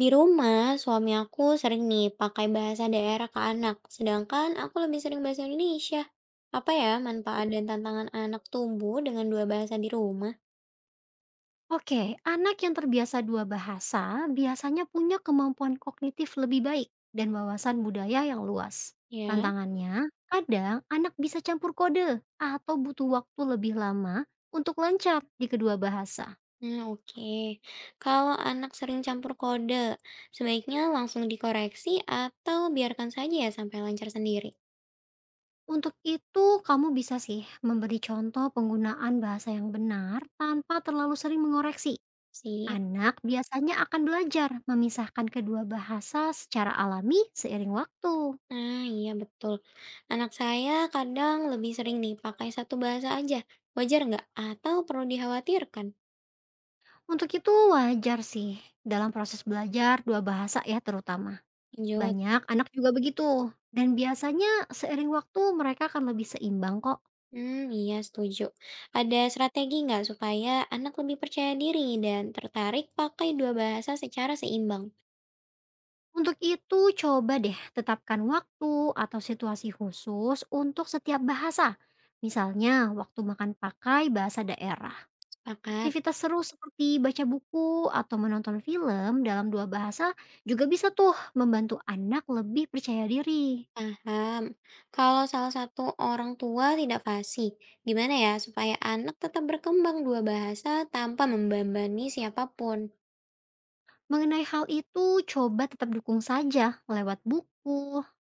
Di rumah, suami aku sering nih pakai bahasa daerah ke anak, sedangkan aku lebih sering bahasa Indonesia. Apa ya manfaat dan tantangan anak tumbuh dengan dua bahasa di rumah? Oke, anak yang terbiasa dua bahasa biasanya punya kemampuan kognitif lebih baik dan wawasan budaya yang luas. Ya, Tantangannya, kadang anak bisa campur kode atau butuh waktu lebih lama untuk lancar di kedua bahasa. nah, oke. Kalau anak sering campur kode, sebaiknya langsung dikoreksi atau biarkan saja ya sampai lancar sendiri. Untuk itu, kamu bisa sih memberi contoh penggunaan bahasa yang benar tanpa terlalu sering mengoreksi. Sip. Anak biasanya akan belajar memisahkan kedua bahasa secara alami seiring waktu. Nah, iya betul. Anak saya kadang lebih sering nih pakai satu bahasa aja. Wajar nggak? Atau perlu dikhawatirkan? Untuk itu wajar sih dalam proses belajar dua bahasa ya terutama. Lanjut. Banyak anak juga begitu. Dan biasanya seiring waktu mereka akan lebih seimbang kok. Hmm, iya setuju. Ada strategi nggak supaya anak lebih percaya diri dan tertarik pakai dua bahasa secara seimbang? Untuk itu coba deh tetapkan waktu atau situasi khusus untuk setiap bahasa. Misalnya waktu makan pakai bahasa daerah. Sepakat. Aktivitas seru seperti baca buku atau menonton film dalam dua bahasa juga bisa tuh membantu anak lebih percaya diri. Paham. Kalau salah satu orang tua tidak fasih, gimana ya supaya anak tetap berkembang dua bahasa tanpa membebani siapapun? Mengenai hal itu, coba tetap dukung saja lewat buku,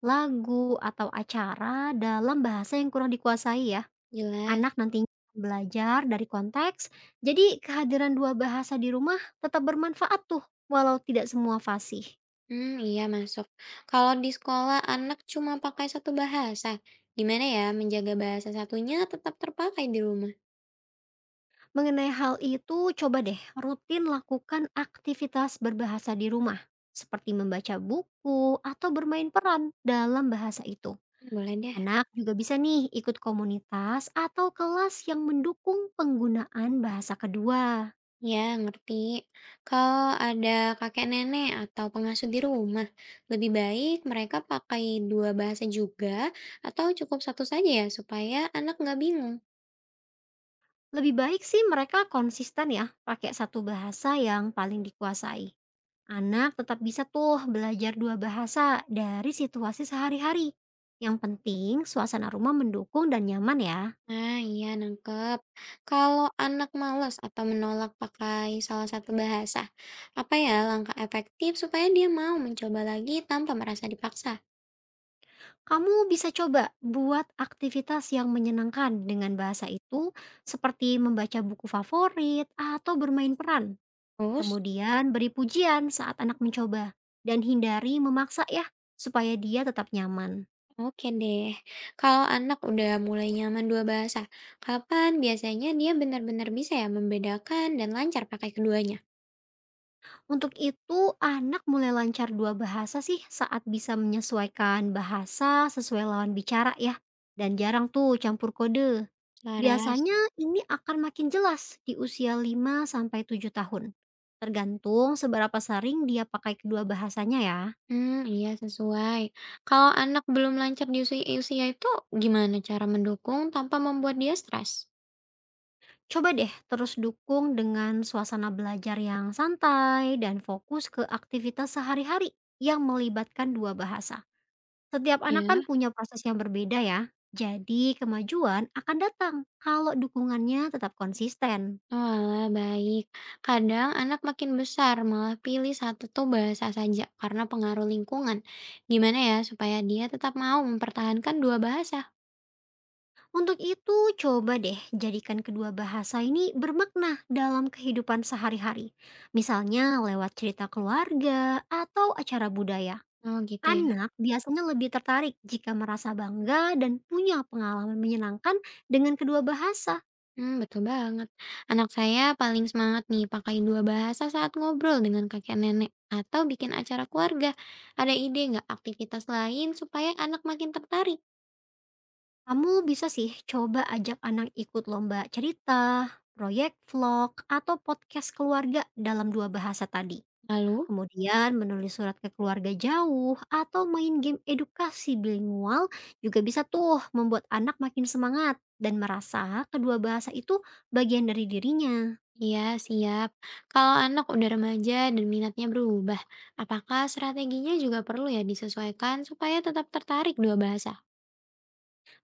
lagu, atau acara dalam bahasa yang kurang dikuasai ya. Jelas. Anak nantinya akan belajar dari konteks, jadi kehadiran dua bahasa di rumah tetap bermanfaat tuh, walau tidak semua fasih. Hmm, iya masuk. Kalau di sekolah anak cuma pakai satu bahasa, gimana ya menjaga bahasa satunya tetap terpakai di rumah? Mengenai hal itu, coba deh rutin lakukan aktivitas berbahasa di rumah, seperti membaca buku atau bermain peran dalam bahasa itu. Boleh deh. Anak juga bisa nih ikut komunitas atau kelas yang mendukung penggunaan bahasa kedua. Ya, ngerti. Kalau ada kakek nenek atau pengasuh di rumah, lebih baik mereka pakai dua bahasa juga atau cukup satu saja ya supaya anak nggak bingung. Lebih baik sih mereka konsisten ya, pakai satu bahasa yang paling dikuasai. Anak tetap bisa tuh belajar dua bahasa dari situasi sehari-hari. Yang penting suasana rumah mendukung dan nyaman ya. Nah, iya nangkep. Kalau anak malas atau menolak pakai salah satu bahasa, apa ya langkah efektif supaya dia mau mencoba lagi tanpa merasa dipaksa? Kamu bisa coba buat aktivitas yang menyenangkan dengan bahasa itu, seperti membaca buku favorit atau bermain peran. Terus? Kemudian beri pujian saat anak mencoba dan hindari memaksa ya, supaya dia tetap nyaman. Oke deh, kalau anak udah mulai nyaman dua bahasa, kapan biasanya dia benar-benar bisa ya membedakan dan lancar pakai keduanya? Untuk itu anak mulai lancar dua bahasa sih saat bisa menyesuaikan bahasa sesuai lawan bicara ya, dan jarang tuh campur kode. Laras. Biasanya ini akan makin jelas di usia 5 sampai 7 tahun. Tergantung seberapa sering dia pakai kedua bahasanya ya. Hmm, iya sesuai. Kalau anak belum lancar di usia itu, gimana cara mendukung tanpa membuat dia stres? Coba deh terus dukung dengan suasana belajar yang santai dan fokus ke aktivitas sehari-hari yang melibatkan dua bahasa. Setiap anak kan Ya, punya proses yang berbeda ya. Jadi kemajuan akan datang kalau dukungannya tetap konsisten. walah baik. Kadang anak makin besar malah pilih satu tuh bahasa saja karena pengaruh lingkungan. Gimana ya supaya dia tetap mau mempertahankan dua bahasa? Untuk itu coba deh jadikan kedua bahasa ini bermakna dalam kehidupan sehari-hari. Misalnya lewat cerita keluarga atau acara budaya. Oh gitu ya. Anak biasanya lebih tertarik jika merasa bangga dan punya pengalaman menyenangkan dengan kedua bahasa. Mmm, betul banget. Anak saya paling semangat nih pakai dua bahasa saat ngobrol dengan kakek nenek atau bikin acara keluarga. Ada ide nggak aktivitas lain supaya anak makin tertarik? Kamu bisa sih coba ajak anak ikut lomba cerita, proyek vlog, atau podcast keluarga dalam dua bahasa tadi. Lalu? Kemudian menulis surat ke keluarga jauh atau main game edukasi bilingual juga bisa tuh membuat anak makin semangat dan merasa kedua bahasa itu bagian dari dirinya. Iya, siap. Kalau anak udah remaja dan minatnya berubah, apakah strateginya juga perlu ya disesuaikan supaya tetap tertarik dua bahasa?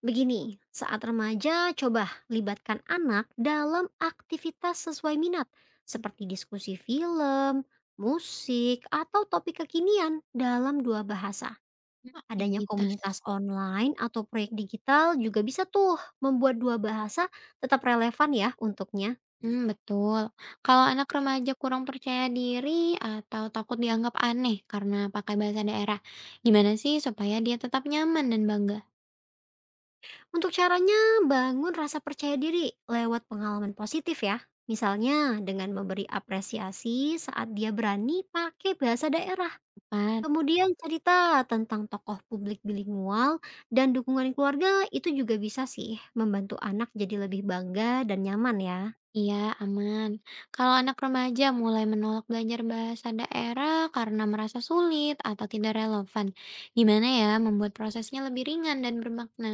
Begini, saat remaja coba libatkan anak dalam aktivitas sesuai minat seperti diskusi film, musik, atau topik kekinian dalam dua bahasa. Hmm, Adanya aktivitas. komunitas online atau proyek digital juga bisa tuh membuat dua bahasa tetap relevan ya untuknya. Hmm, betul. Kalau anak remaja kurang percaya diri atau takut dianggap aneh karena pakai bahasa daerah, gimana sih supaya dia tetap nyaman dan bangga? Untuk caranya bangun rasa percaya diri lewat pengalaman positif ya. Misalnya dengan memberi apresiasi saat dia berani pakai bahasa daerah. Tepat, Kemudian cerita tentang tokoh publik bilingual dan dukungan keluarga itu juga bisa sih membantu anak jadi lebih bangga dan nyaman ya. iya aman. Kalau anak remaja mulai menolak belajar bahasa daerah karena merasa sulit atau tidak relevan, gimana ya membuat prosesnya lebih ringan dan bermakna?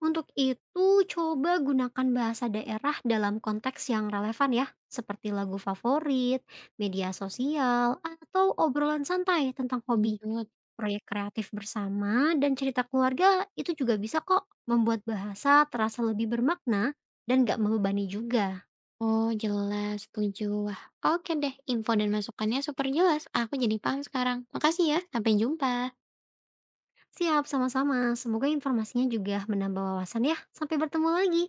Untuk itu coba gunakan bahasa daerah dalam konteks yang relevan ya, seperti lagu favorit, media sosial, atau obrolan santai tentang hobi. Lanjut. Proyek kreatif bersama dan cerita keluarga itu juga bisa kok membuat bahasa terasa lebih bermakna dan gak membebani juga. Oh jelas, setuju. Wah, oke deh, info dan masukannya super jelas, aku jadi paham sekarang. Makasih ya, sampai jumpa. Siap, sama-sama. Semoga informasinya juga menambah wawasan ya. Sampai bertemu lagi.